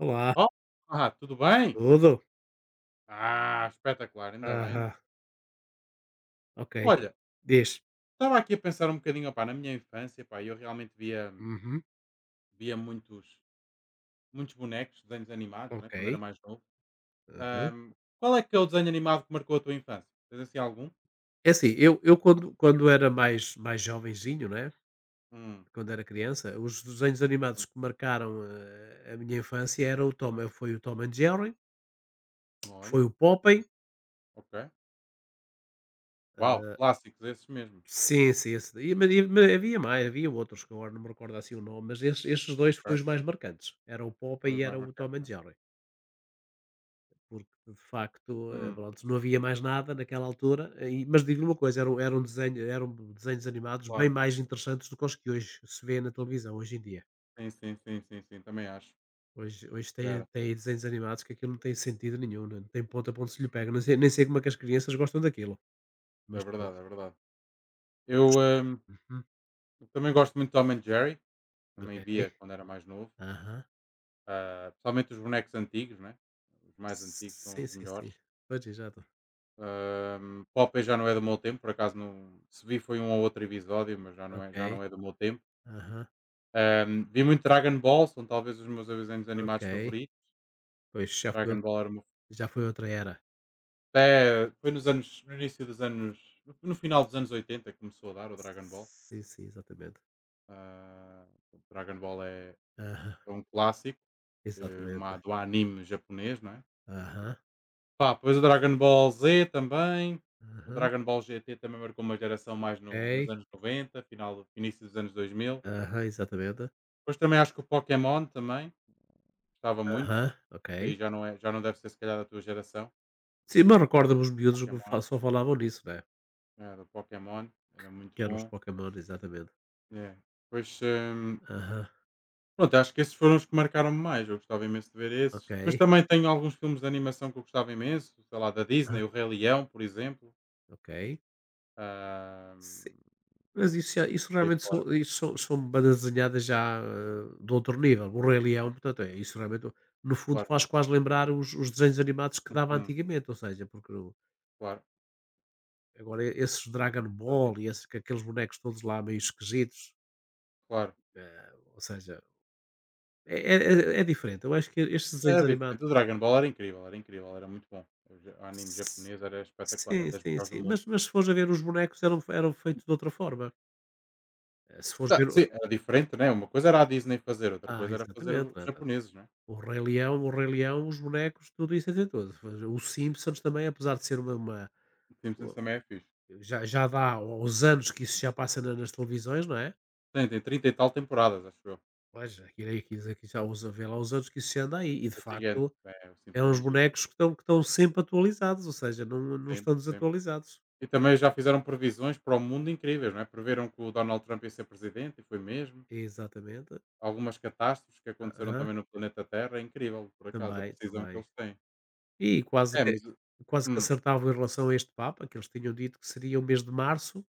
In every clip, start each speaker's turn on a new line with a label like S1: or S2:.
S1: Olá,
S2: Olá, tudo bem?
S1: tudo?
S2: Ah, espetacular, ainda bem.
S1: Aham, ok.
S2: Olha,
S1: Diz.
S2: estava aqui a pensar um bocadinho, opá, na minha infância, pá, eu realmente via,
S1: Uhum,
S2: via muitos, muitos bonecos, desenhos animados, né,
S1: ok.
S2: quando era mais novo.
S1: Aham.
S2: Ahm, qual é que é o desenho animado que marcou a tua infância? Tens assim algum?
S1: É assim, eu quando era mais jovenzinho, né,
S2: Hum,
S1: quando era criança, os desenhos animados
S2: hum,
S1: que marcaram a minha infância era foi o Tom and Jerry, foi
S2: olha,
S1: o Popeye.
S2: hum, ok. Uau, clássicos, esses mesmo.
S1: Sim, sim, esse daí, mas e ma havia mais, havia outros que agora não me recordo assim o nome, mas esses 2 foram
S2: Ok,
S1: os mais marcantes, era o Popeye
S2: foram
S1: e
S2: os
S1: era
S2: mais
S1: o Tom
S2: marcantes,
S1: and
S2: né?
S1: Jerry. Porque, de facto,
S2: Hum,
S1: pronto, não havia mais nada naquela altura, mas digo-lhe uma coisa, eram desenhos animados bem
S2: claro.
S1: mais interessantes do que os que hoje se vê na televisão, hoje em dia.
S2: Sim, sim, sim, sim, sim, também acho.
S1: Hoje tem
S2: Era,
S1: tem desenhos animados que aquilo não tem sentido nenhum, né? Não tem ponto, a ponto se lhe pega, não sei nem sei como é que as crianças gostam daquilo,
S2: é
S1: mas pronto.
S2: verdade, é verdade. Eu,
S1: Uhum,
S2: também gosto muito de Tom and Jerry. Também
S1: ok.
S2: via quando era mais novo.
S1: Aham.
S2: Ah, principalmente os bonecos antigos, né? Os mais antigos são
S1: Sim,
S2: os
S1: sim, sim.
S2: melhores.
S1: Pois, exato.
S2: Popeye já não é do meu tempo, por acaso não. Se vi foi um ou outro episódio, mas já
S1: Ok.
S2: não é do meu tempo.
S1: Aham,
S2: Vi muito Dragon Ball, são talvez os meus desenhos animados
S1: ok.
S2: favoritos.
S1: Pois,
S2: Dragon Ball era o meu.
S1: já foi outra era.
S2: Até foi nos anos, no início dos anos. No final dos anos 80 que começou a dar o Dragon Ball.
S1: Sim, sim, exatamente.
S2: Ah, o Dragon Ball é,
S1: Aham.
S2: é um clássico, uma,
S1: Exatamente.
S2: do anime japonês, não é?
S1: Aham,
S2: Pá, pois o Dragon Ball Z também. O
S1: aham,
S2: Dragon Ball GT também marcou uma geração mais nos
S1: ok.
S2: anos 90, final, início dos anos 2000.
S1: Aham, exatamente.
S2: Depois também acho que o Pokémon também, gostava muito.
S1: Aham, ok.
S2: Isso aí já não, é, já não deve ser se calhar da tua geração.
S1: Sim, mas recorda-me os miúdos que
S2: Pokémon,
S1: fa só falavam nisso, né,
S2: era o Pokémon, era muito
S1: que eram os
S2: bom.
S1: Pokémon, exatamente.
S2: É. Pois,
S1: Aham,
S2: pronto, acho que esses foram os que marcaram-me mais. Eu gostava imenso de ver esses. Depois
S1: ok.
S2: também tenho alguns filmes de animação que eu gostava imenso, sei lá, da
S1: Ah,
S2: Disney, o Rei Leão, por exemplo.
S1: ok.
S2: Ah,
S1: Sim, mas isso
S2: por aí
S1: realmente
S2: fora,
S1: são isso são são bandas desenhadas já, de outro nível. O Rei Leão, portanto, é isso realmente no fundo
S2: claro.
S1: faz quase lembrar os desenhos animados que dava
S2: Uhum,
S1: antigamente, ou seja, porque o
S2: claro.
S1: agora esses Dragon Ball
S2: Fazia
S1: e esses aqueles bonecos todos lá meio esquisitos,
S2: claro.
S1: eh, ou seja É diferente. Eu acho que estes desenhos
S2: Era
S1: animados.
S2: diferente. O Dragon Ball era incrível, era incrível, era muito bom. O ja o anime
S1: S
S2: japonês era espetacular, era
S1: sim,
S2: das
S1: sim,
S2: melhores do
S1: sim.
S2: mundo.
S1: Mas se fores a ver os bonecos eram feitos de outra forma. Se fores
S2: Ca
S1: ver o,
S2: sim, era diferente, né, uma coisa era a Disney fazer, outra coisa era fazer
S1: exatamente, não
S2: os
S1: é, portanto,
S2: japoneses, né.
S1: o Rei Leão, os bonecos, tudo isso é. Os Simpsons também, apesar de ser uma
S2: O Simpsons
S1: o
S2: também é fixe.
S1: já dá aos anos que isso já passa na nas televisões, não é?
S2: Tem, tem 30 e tal temporadas, acho eu.
S1: Pois, aquilo aqui já usa, vê lá os anos que isso já anda aí e, de
S2: É gigante,
S1: facto,
S2: é, o
S1: é
S2: Simpsons
S1: uns
S2: é gigante,
S1: bonecos que estão sempre atualizados, ou seja, não estão
S2: sempre, sempre.
S1: desatualizados.
S2: E também já fizeram previsões para o mundo incríveis, não é, preveram que o Donald Trump ia ser presidente e foi mesmo.
S1: Exatamente.
S2: Algumas catástrofes que aconteceram
S1: Aham,
S2: também no planeta Terra, é incrível, por acaso, a
S1: também,
S2: precisão que
S1: também.
S2: eles têm.
S1: E quase
S2: É,
S1: que
S2: mas
S1: quase que
S2: hum,
S1: acertavam em relação a este Papa, que eles tinham dito que seria o mês de março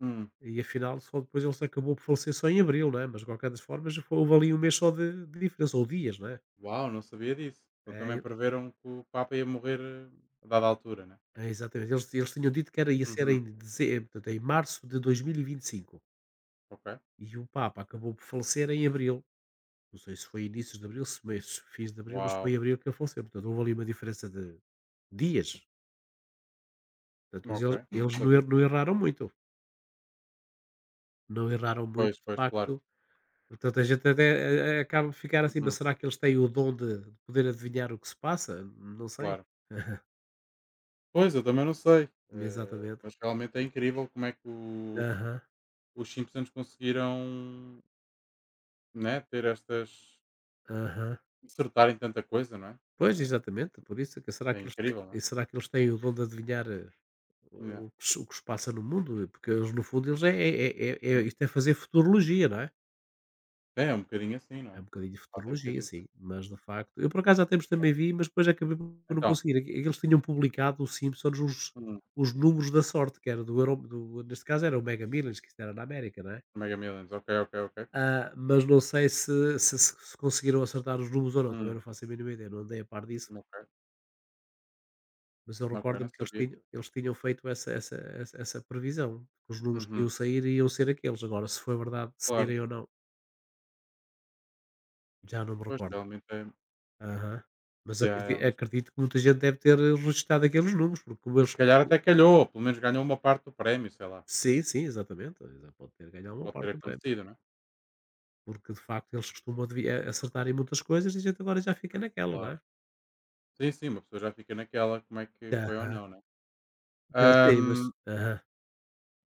S2: hum.
S1: e afinal só depois ele se acabou por falecer só em abril, não é? Mas de qualquer das formas já foi houve ali um mês só de diferença, ou dias, não é?
S2: Uau, não sabia disso. Então
S1: É,
S2: também
S1: eu
S2: preveram que o Papa ia morrer a dada altura, né?
S1: é, exatamente. Eles tinham dito que era ia ser em
S2: Uhum.
S1: março de 2025 e vinte e cinco.
S2: Ok.
S1: E o Papa acabou por falecer em abril. Não sei se foi inícios de abril, se meio, se fins de abril, mas foi
S2: Uau.
S1: em abril que ele faleceu. Portanto, houve ali uma diferença de dias. Portanto, mas
S2: Ok.
S1: eles
S2: Não
S1: eles
S2: sabia.
S1: não erraram muito. Não erraram muito,
S2: Pois,
S1: de
S2: pois, claro.
S1: facto. Portanto, a gente até a acaba de ficar assim, mas
S2: Uhum.
S1: será que eles têm o dom de poder adivinhar o que se passa? Não sei.
S2: Claro. Pois, eu também não sei.
S1: Exatamente.
S2: Mas realmente é incrível como é que
S1: Aham,
S2: os Simpsons conseguiram né, ter estas,
S1: aham.
S2: acertarem tanta coisa, não é?
S1: Pois,
S2: Eh,
S1: exatamente, por isso é que
S2: é incrível, não é?
S1: será que eles têm o dom de adivinhar,
S2: Yeah.
S1: o que se passa no mundo? Porque eles, no fundo, eles é
S2: Hum.
S1: isto, é fazer futurologia, não é?
S2: É, um bocadinho assim, não
S1: É
S2: é?
S1: um bocadinho de
S2: Fazem um
S1: futurologia,
S2: bocadinho assim.
S1: sim, mas de facto eu por acaso há tempos também vi, mas depois acabei por não
S2: Então,
S1: conseguir. É que eles tinham publicado, os Simpsons, os
S2: hum,
S1: os números da sorte, que era do euro do neste caso era o Mega Millions, que isto era na América, não é?
S2: Mega Millions, ok, ok, ok.
S1: Ah, mas não sei se conseguiram acertar os números ou não, também não
S2: Hum,
S1: faço a mínima ideia, não andei a par disso,
S2: ok,
S1: mas eu
S2: ok, não
S1: recordo-me que eles
S2: sabia.
S1: tinham eles tinham feito essa previsão, que os números que
S2: Uhum.
S1: iam sair iam ser aqueles, agora se foi verdade
S2: Claro,
S1: serem ou não, já não me
S2: pois
S1: recordo.
S2: realmente é
S1: Aham. Mas
S2: yeah, yeah, mas
S1: acredito que muita gente deve ter registrado aqueles números, porque como
S2: e se
S1: eles,
S2: calhar até calhou, ou pelo menos ganhou uma parte do prémio, sei lá,
S1: sim, sim, exatamente, exa pode ter ganhado uma
S2: pode ter
S1: parte do prémio,
S2: acontecido, né?
S1: porque de facto eles costumam devi a acertar em muitas coisas e a gente agora já fica naquela, não
S2: Claro.
S1: é?
S2: Sim, sim, uma pessoa já fica naquela, como é que foi ou
S1: Aham.
S2: não, né?
S1: Não, sim,
S2: Ahm,
S1: mas aham,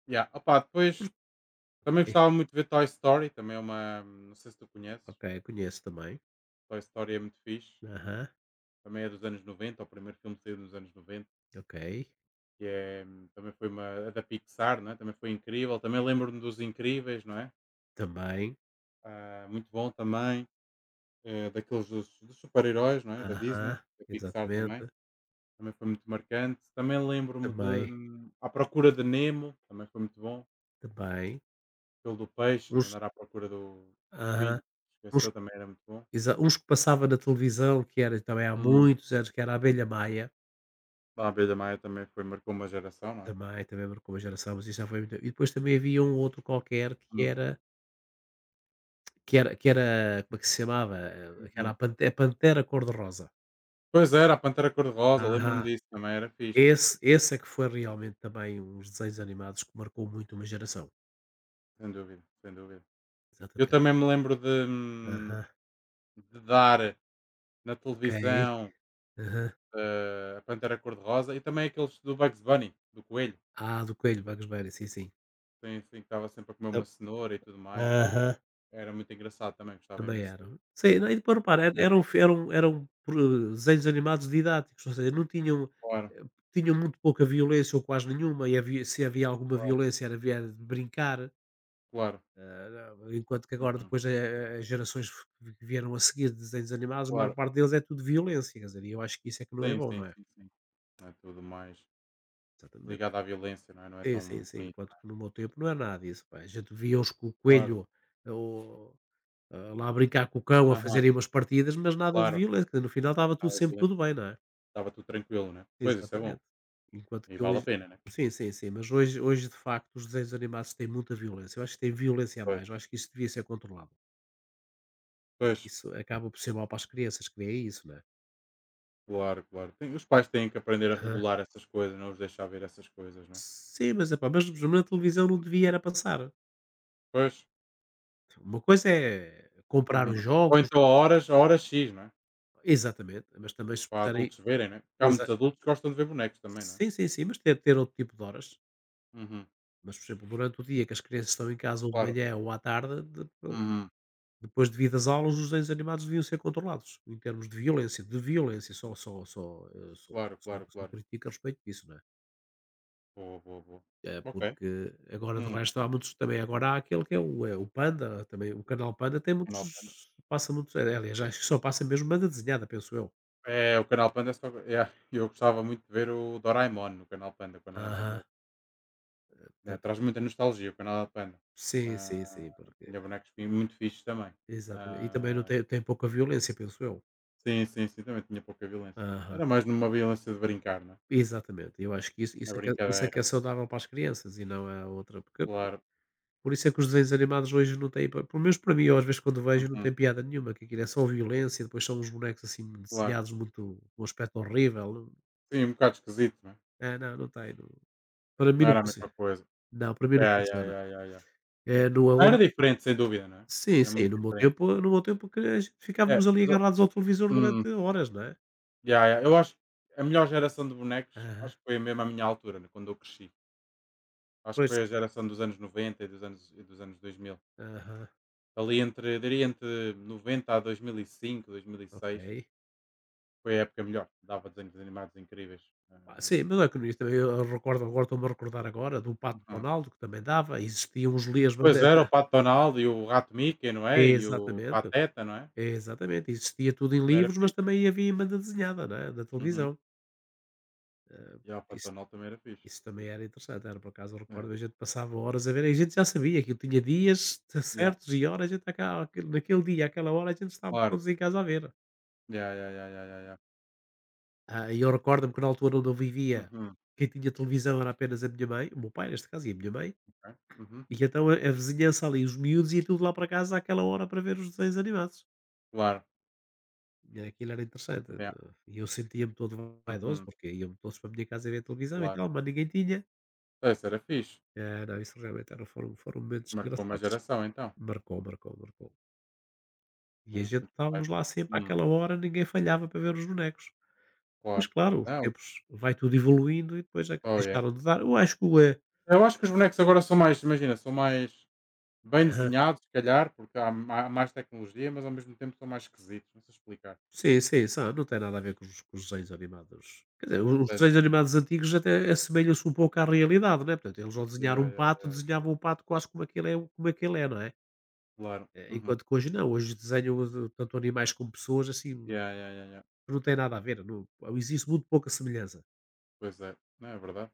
S2: yeah. Opá, depois também
S1: ok,
S2: gostava muito de ver Toy Story, também é uma, não sei se tu conheces,
S1: ok, conheço também.
S2: Toy Story é muito fixe,
S1: Aham,
S2: também é dos anos 90, o primeiro filme saído nos anos 90,
S1: ok.
S2: que é, também foi uma, é da Pixar, não é? Também foi incrível, também lembro-me dos Incríveis, não é?
S1: Também.
S2: Ah, muito bom também. Daqueles dos, dos super-heróis, não é? Da Disney,
S1: Aham,
S2: da Pixar também.
S1: exatamente.
S2: Também foi muito marcante. Também lembro-me de
S1: Também,
S2: À Procura de Nemo, também foi muito bom.
S1: também.
S2: Aquele do peixe, de
S1: Uns
S2: andar à procura do, do
S1: aham,
S2: filho, que
S1: uns
S2: esqueceu, também era muito bom.
S1: exa uns que passava na televisão, que era também há
S2: Hum.
S1: muitos anos, que era a Abelha Maia.
S2: A Abelha Maia também foi, marcou uma geração, não é?
S1: Também, também marcou uma geração, mas isso já foi muito e depois também havia um outro qualquer que
S2: Hum,
S1: era, como é que se chamava? Que era
S2: uhum.
S1: a Pantera Cor-de-Rosa.
S2: Pois era, a Pantera Cor-de-Rosa,
S1: Aham.
S2: lembro-me disso, também era fixe,
S1: Esse é que foi realmente também uns desenhos animados que marcou muito uma geração.
S2: sem dúvida, sem dúvida. Eu
S1: Exatamente.
S2: também me lembro
S1: Aham.
S2: de dar na
S1: Ok.
S2: televisão
S1: Aham.
S2: a Pantera Cor-de-Rosa e também aqueles do Bugs Bunny, do Coelho,
S1: Ah, do Coelho, Bugs Bunny, sim, sim.
S2: tem, tem, assim, que estava sempre a comer
S1: Tam
S2: uma cenoura e tudo mais.
S1: aham.
S2: Era muito engraçado também, gostava
S1: Também
S2: imenso
S1: eram. Sim, não, e para reparar,
S2: de
S1: era-
S2: ver.
S1: eram fi eram eram pro desenhos animados didáticos, ou seja, não tinham,
S2: Claro,
S1: eh, tinham muito pouca violência ou quase nenhuma, e havia, se havia alguma
S2: claro,
S1: violência era via de brincar,
S2: claro.
S1: enquanto que agora
S2: Uhum,
S1: depois a as gerações que vieram a seguir de desenhos animados, a maior
S2: claro.
S1: parte deles é tudo violência, quer dizer, e eu acho que isso é que não é
S2: Sim,
S1: bom,
S2: sim,
S1: não é?
S2: sim, sim. Não é tudo mais
S1: Exatamente.
S2: ligado à violência, não é? Não é
S1: Sim, sim,
S2: tão
S1: sim,
S2: bonito,
S1: enquanto
S2: não é?
S1: que no meu tempo não era nada disso, pá, a gente via os co o
S2: Claro.
S1: coelho, ah, lá a brincar com o cão, a
S2: Aham,
S1: fazerem umas partidas, mas nada de
S2: claro.
S1: violento, quer dizer, no final estava
S2: Ah, a
S1: tudo sempre
S2: violência
S1: tudo bem, não é?
S2: estava tudo tranquilo, né? Pois isso é bom.
S1: Exatamente. Enquanto
S2: E
S1: que
S2: vale a
S1: hoje,
S2: pena, né?
S1: sim, sim, sim, mas hoje de facto os desenhos animados têm muita violência, eu acho que tem violência a
S2: Pois,
S1: mais, eu acho que isso devia ser controlado, porque
S2: pois,
S1: isso acaba por ser mau para as crianças que veem isso, não é?
S2: claro, claro. Tem- os pais têm que aprender a
S1: Aham.
S2: regular essas coisas, não os deixar ver essas coisas, né?
S1: Sim, mas, epá, mas na televisão não devia era passar.
S2: Pois.
S1: Uma coisa é comprar
S2: Uhum.
S1: os
S2: Ou
S1: jogos,
S2: então a horas, a horas X, não é?
S1: exatamente, mas também se
S2: Para
S1: puserem,
S2: adultos verem, né é? Porque há
S1: exa
S2: muitos adultos que gostam de ver bonecos também, não é?
S1: sim, sim, sim, mas ter outro tipo de horas.
S2: Uhum.
S1: Mas, por exemplo, durante o dia que as crianças estão em casa ou de
S2: Claro.
S1: manhã ou à tarde,
S2: Uhum.
S1: depois, devido às aulas, os desenhos animados deviam ser controlados em termos de violência, só, só, só, eh, só,
S2: Claro,
S1: só, só,
S2: claro,
S1: só
S2: claro.
S1: critico a respeito disso, não é?
S2: Boa, boa, boa. Ok.
S1: Porque agora de
S2: Hum.
S1: resto há muitos, também agora há aquele que é o, Panda, também o canal Panda tem
S2: Canal Panda.
S1: muitos, passa muitos, aliás, acho que só passa mesmo banda desenhada, penso eu.
S2: É, o Canal Panda é só é, eu gostava muito de ver o Doraemon no Canal Panda quando era mais
S1: Aham,
S2: novo. É,
S1: portanto,
S2: traz muita nostalgia o Canal Panda.
S1: sim, sim,
S2: Ah,
S1: sim, porque,
S2: tinha bonecos fi- muito fixes também.
S1: exatamente, e também não
S2: Ah,
S1: tem, tem pouca violência, penso eu.
S2: sim, sim, sim, também tinha pouca violência.
S1: Aham.
S2: Era mais numa violência de brincar, não é?
S1: Exatamente, eu acho que isso
S2: Na
S1: isso é que é,
S2: brincadeira.
S1: saudável para as crianças e não a outra, porque
S2: Claro.
S1: por isso é que os desenhos animados hoje não têm, pa pelo menos para mim, eu às vezes quando vejo não
S2: Uhum.
S1: tem piada nenhuma, que aquilo é só violência, depois são uns bonecos assim
S2: Claro.
S1: desenhados muito com um aspecto horrível.
S2: Sim, um bocado esquisito, não é?
S1: Não, é, não, não tem, não, para
S2: Não
S1: mim não
S2: era a
S1: funciona,
S2: mesma coisa.
S1: não, para mim não
S2: Yeah, yeah,
S1: funciona.
S2: yeah, yeah, yeah.
S1: É no
S2: Ah,
S1: on
S2: era diferente, sem dúvida, não é?
S1: Sim,
S2: Era
S1: sim,
S2: muito diferente.
S1: no meu tempo que a gente
S2: É,
S1: ficávamos ali
S2: mas eu
S1: agarrados ao televisor
S2: hum,
S1: durante horas, não é?
S2: yeah, yeah. Eu acho que a melhor geração de bonecos,
S1: Aham,
S2: acho que foi mesmo a minha altura, né, quando eu cresci. Acho que
S1: pois,
S2: foi a geração dos anos noventa e dos anos dois mil.
S1: aham,
S2: Ali entre, eu diria entre 90 a dois mil e cinco, dois mil e seis
S1: ok.
S2: foi a época melhor. Dava desenhos animados incríveis.
S1: Ah, sim,
S2: Hum,
S1: mas não é que, nisso também eu recordo agora, estou-me a recordar agora do Pato
S2: uhum.
S1: Donaldo, que também dava, existiam os livros,
S2: Pois era, o Pato Donald e o Rato Mickey, não é? E o
S1: exatamente,
S2: Pateta, não é?
S1: exatamente, existia tudo em
S2: Também era
S1: livros, mas
S2: fixe.
S1: também havia em banda desenhada, não é, na
S2: Uhum.
S1: televisão. Ah,
S2: Ya, o
S1: isso
S2: Pantanal também era fixe.
S1: isso também era interessante, era, por acaso eu
S2: É,
S1: recordo, a gente passava horas a ver, e a gente já sabia, aquilo tinha dias
S2: ya,
S1: certos e horas, a gente acaba, naquele dia, àquela hora, a gente estava
S2: claro.
S1: todos em casa a ver.
S2: Ya, ya, ya, ya, ya, ya.
S1: Ah, e eu recordo-me que na altura onde eu vivia,
S2: Uhum,
S1: quem tinha televisão era apenas a minha mãe, o meu pai neste caso, e a minha mãe.
S2: ok. Uhum.
S1: E então a vizinhança ali, os miúdos, ia tudo lá para casa àquela hora para ver os desenhos animados.
S2: Claro.
S1: E aquilo era interessante.
S2: Ya.
S1: E eu sentia-me todo vaidoso,
S2: Uhum,
S1: porque iam todos para a minha casa ver televisão e
S2: claro.
S1: tal, mas ninguém tinha.
S2: Essa era fixe.
S1: Não, isso realmente era, foram, foram momentos
S2: Marcou uma
S1: engraçados.
S2: geração então.
S1: Marcou, marcou, marcou. E a
S2: Ah,
S1: gente
S2: muito
S1: estávamos
S2: porreiro.
S1: lá sempre
S2: Hum,
S1: àquela hora, ninguém falhava para ver os bonecos. Mas
S2: claro.
S1: claro, os
S2: Não,
S1: tempos vai tudo evoluindo e depois é que
S2: oh yeah.
S1: deixaram de dar. Eu acho que o,
S2: Eu acho que os bonecos agora são mais, imagina, são mais bem desenhados, se calhar, porque há ma- mais tecnologia, mas ao mesmo tempo são mais esquisitos. Não sei explicar.
S1: sim, sim, sabe, não tem nada a ver com os desenhos animados. Quer dizer, os
S2: De antes,
S1: desenhos
S2: não?
S1: animados antigos até assemelham-se um pouco à realidade, né, portanto, eles ao
S2: Ya,
S1: desenhar um
S2: ya,
S1: pato,
S2: ya, ya,
S1: desenhavam o pato quase como aquele é, não é?
S2: claro. Uhum.
S1: Enquanto que hoje não, hoje desenham o tanto animais como pessoas, assim,
S2: Ya, ya, ya, ya.
S1: não tem nada a ver, não existe muito pouca semelhança.
S2: Pois é. Não é verdade?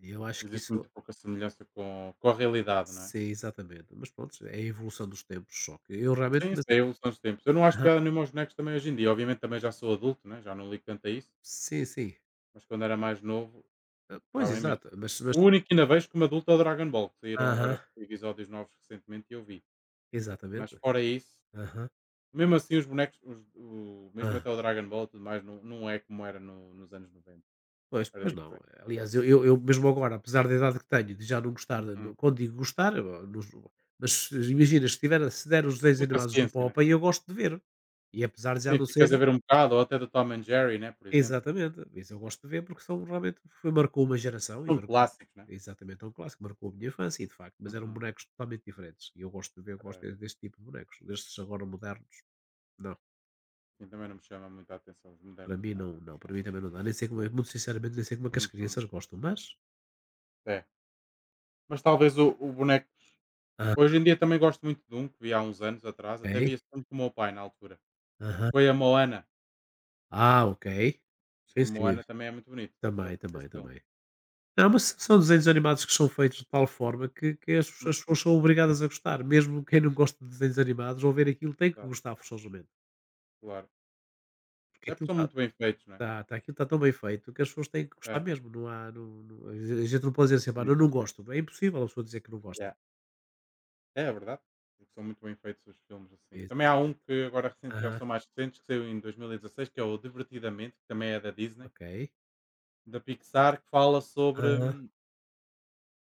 S1: E eu acho que
S2: Existe
S1: isso
S2: muito pouca semelhança com a realidade, não é?
S1: sim, exatamente. Mas pronto, é a evolução dos tempos, só que eu realmente
S2: Sim, isso
S1: mas
S2: é a evolução dos tempos. Eu não acho
S1: aham,
S2: piada nenhuma aos bonecos também hoje em dia. Obviamente também já sou adulto, né, já não ligo tanto a isso,
S1: sim, sim.
S2: mas quando era mais novo
S1: Ah, pois,
S2: gostava imenso.
S1: exato, mas
S2: O único que ainda vejo como adulto é o Dragon Ball, que saíram
S1: aham,
S2: agora episódios novos recentemente e eu vi. Mas
S1: exatamente.
S2: fora isso,
S1: Aham,
S2: mesmo assim os bonecos, os o mesmo
S1: aham.
S2: até o Dragon Ball e tudo mais, não é como era no nos anos 90.
S1: Pois,
S2: Era
S1: pois não.
S2: diferente.
S1: Aliás, eu mesmo agora, apesar da idade que tenho, de já não gostar,
S2: Hum.
S1: não quando digo gostar, eu nos mas se imagina, se tiver se der os desenhos
S2: Tem
S1: animados do
S2: paciência, né?
S1: Popeye, eu gosto de ver. E apesar de já
S2: Sim,
S1: não ser
S2: ficas a ver um bocado ou até do Tom& and Jerry, né, por exemplo, né.
S1: exatamente, mas eu gosto de ver porque são realmente foi marcou uma geração e
S2: São
S1: marcou
S2: clássicos, né?
S1: exatamente, é um clássico, marcou a minha infância e de facto, mas eram
S2: Uhum.
S1: bonecos totalmente diferentes e eu gosto de ver, eu gosto
S2: Era
S1: de deste tipo de bonecos, destes agora modernos, não,
S2: sim, também não me chama muito a atenção os
S1: para
S2: modernos,
S1: mim
S2: não.
S1: não, para mim também não dá, nem sei como é muito sinceramente, nem sei como é que as
S2: Uhum.
S1: crianças gostam, mas
S2: É. Mas talvez o boneco
S1: ah,
S2: hoje em dia também gosto muito de um que vi há uns anos atrás, até
S1: ok.
S2: vi esse filme com o meu pai na altura.
S1: Aham.
S2: Foi a Moana.
S1: Ah, ok. Sim,
S2: A
S1: sim.
S2: Moana também é muito bonito. Eu
S1: Também,
S2: gosto muito
S1: também,
S2: desse filme.
S1: também. Não, mas são desenhos animados que são feitos de tal forma que as as pessoas
S2: Uhum.
S1: são obrigadas a gostar, mesmo quem não gosta de desenhos animados, ao ver aquilo tem que
S2: Verdade,
S1: gostar forçosamente,
S2: claro.
S1: porque
S2: É porque
S1: aquilo
S2: são
S1: está
S2: muito bem feitos, não é?
S1: está está aquilo está tão bem feito que as pessoas têm que gostar
S2: É,
S1: mesmo, não a gente não pode dizer assim: "Pá, eu não
S2: exatamente.
S1: gosto", é impossível a pessoa dizer que não gosta.
S2: Yeah. É, é verdade. Porque são muito bem feitos os filmes assim. Também há um
S1: Exatamente.
S2: que agora recente, já
S1: Aham,
S2: são mais recentes, que saiu em 2016, que é o Divertidamente, que também é da Disney,
S1: ok.
S2: da Pixar, que fala sobre
S1: Aham.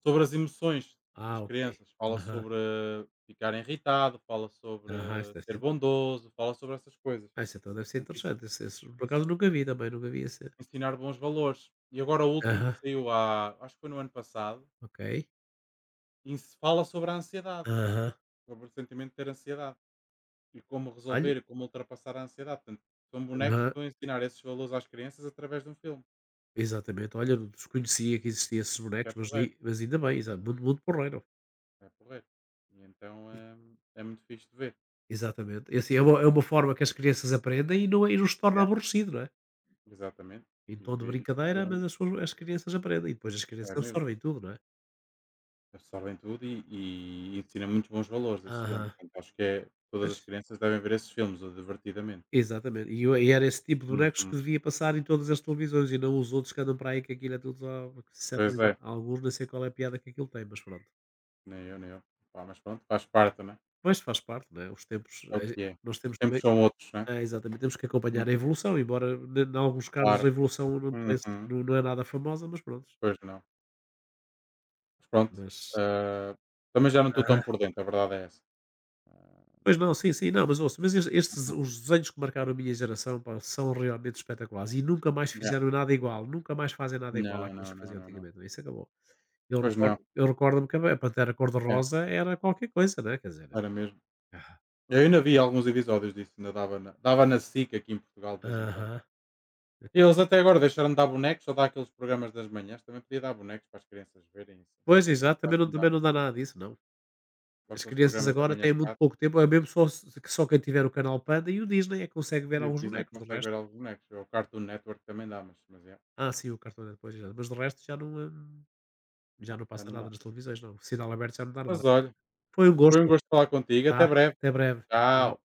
S2: sobre as emoções nas
S1: Ah, ok.
S2: crianças, fala
S1: Aham,
S2: sobre ficar irritado, fala sobre
S1: aham, isso deve
S2: ser
S1: ser
S2: bondoso, fala sobre essas coisas.
S1: ah, isso então deve ser
S2: Portanto, isso,
S1: interessante, esse por
S2: ens-
S1: acaso nunca vi também, nunca vi esse.
S2: ensinar bons valores. E agora o último que
S1: Aham,
S2: saiu há, acho que foi no ano passado,
S1: ok.
S2: ens- fala sobre a ansiedade,
S1: Aham.
S2: sobre o sentimento de ter ansiedade e como
S1: Olha
S2: resolver e como ultrapassar a ansiedade. Portanto, são bonecos que
S1: aham,
S2: estão a ensinar esses valores às crianças através de um filme.
S1: exatamente. Olha, não desconhecia que existia esses
S2: Que é
S1: bonecos, mas
S2: porreiro,
S1: li mas ainda bem, exa muito, muito porreiro.
S2: é porreiro. E então é, é muito fixe de ver.
S1: Exatamente. E assim,
S2: E
S1: é uma
S2: interessante.
S1: forma que as crianças aprendem e não é e não se torna
S2: Yeah,
S1: aborrecido, não é?
S2: exatamente.
S1: Em
S2: E,
S1: tom de
S2: ver- e
S1: brincadeira, mas
S2: ficam,
S1: as suas as crianças aprendem e depois as crianças
S2: é mesmo.
S1: absorvem tudo, não é?
S2: Absorvem tudo e ensina muitos bons valores esse filme.
S1: Aham.
S2: Portanto, acho que é, todas
S1: Pois,
S2: as crianças devem ver esses filmes, o divertidamente.
S1: exatamente. E eu e era esse tipo de bonecos que
S2: Uhum.
S1: devia passar em todas as televisões e não os outros que andam para aí que aquilo é tudo só porque,
S2: Pois
S1: sinceramente, há
S2: é,
S1: alguns nem sei qual é a piada que aquilo tem, mas pronto.
S2: nem eu, nem eu. Pá, mas pronto, faz parte, né?
S1: Mas faz parte, não é? Os tempos,
S2: É o que é.
S1: nós
S2: Os
S1: temos
S2: tempos
S1: também
S2: são outros, né?
S1: é, exatamente. Temos que acompanhar a
S2: Uhum.
S1: evolução, embora em alguns casos a
S2: Claro.
S1: evolução
S2: Uhum.
S1: não não é nada famosa, mas pronto.
S2: Pois não. Mas pronto.
S1: Mas
S2: Ah, também já não estou tão
S1: aham.
S2: por dentro, a verdade é essa. Ah,
S1: Pois não, sim, sim. Não, mas ouça, mas es estes
S2: uhum.
S1: os desenhos que marcaram a minha geração, pá, são realmente espetaculares e nunca mais
S2: Yeah.
S1: fizeram nada igual, nunca mais fazem nada igual
S2: Não,
S1: àqueles
S2: não,
S1: que
S2: não,
S1: faziam
S2: não, não.
S1: antigamente, não é? Isso acabou.
S2: Pois não.
S1: Eu recordo-me que a Pantera
S2: É,
S1: Cor-de-Rosa era qualquer coisa, né, quer dizer,
S2: era mesmo.
S1: ah,
S2: Eu ainda vi alguns episódios disso, ainda dava na SIC aqui em Portugal de vez em quando.
S1: aham.
S2: E eles até agora deixaram de dar bonecos ou dar aqueles programas das manhãs, também podia dar bonecos para as crianças verem isso.
S1: Pois,
S2: Agora
S1: exato,
S2: quase não dá.
S1: também não dá nada disso, não.
S2: Só
S1: As
S2: aqueles
S1: crianças
S2: programas da
S1: agora
S2: manhã
S1: têm muito
S2: chato
S1: pouco tempo, é mesmo só se que só quem tiver o canal Panda e o Disney é que consegue ver
S2: e o
S1: alguns
S2: Disney
S1: bonecos, do
S2: consegue
S1: resto
S2: ver alguns bonecos. Ou o Cartoon Network também dá, mas é,
S1: ah, sim, o cartão depois pois, mas do resto já não
S2: já
S1: passa
S2: não
S1: nada
S2: dá.
S1: nas televisões não, o sinal aberto já não dá nada.
S2: Mas olha,
S1: Foi um
S2: foi um
S1: gosto,
S2: gosto falar contigo,
S1: tá,
S2: até breve.
S1: até breve,
S2: Tchau.
S1: tchau.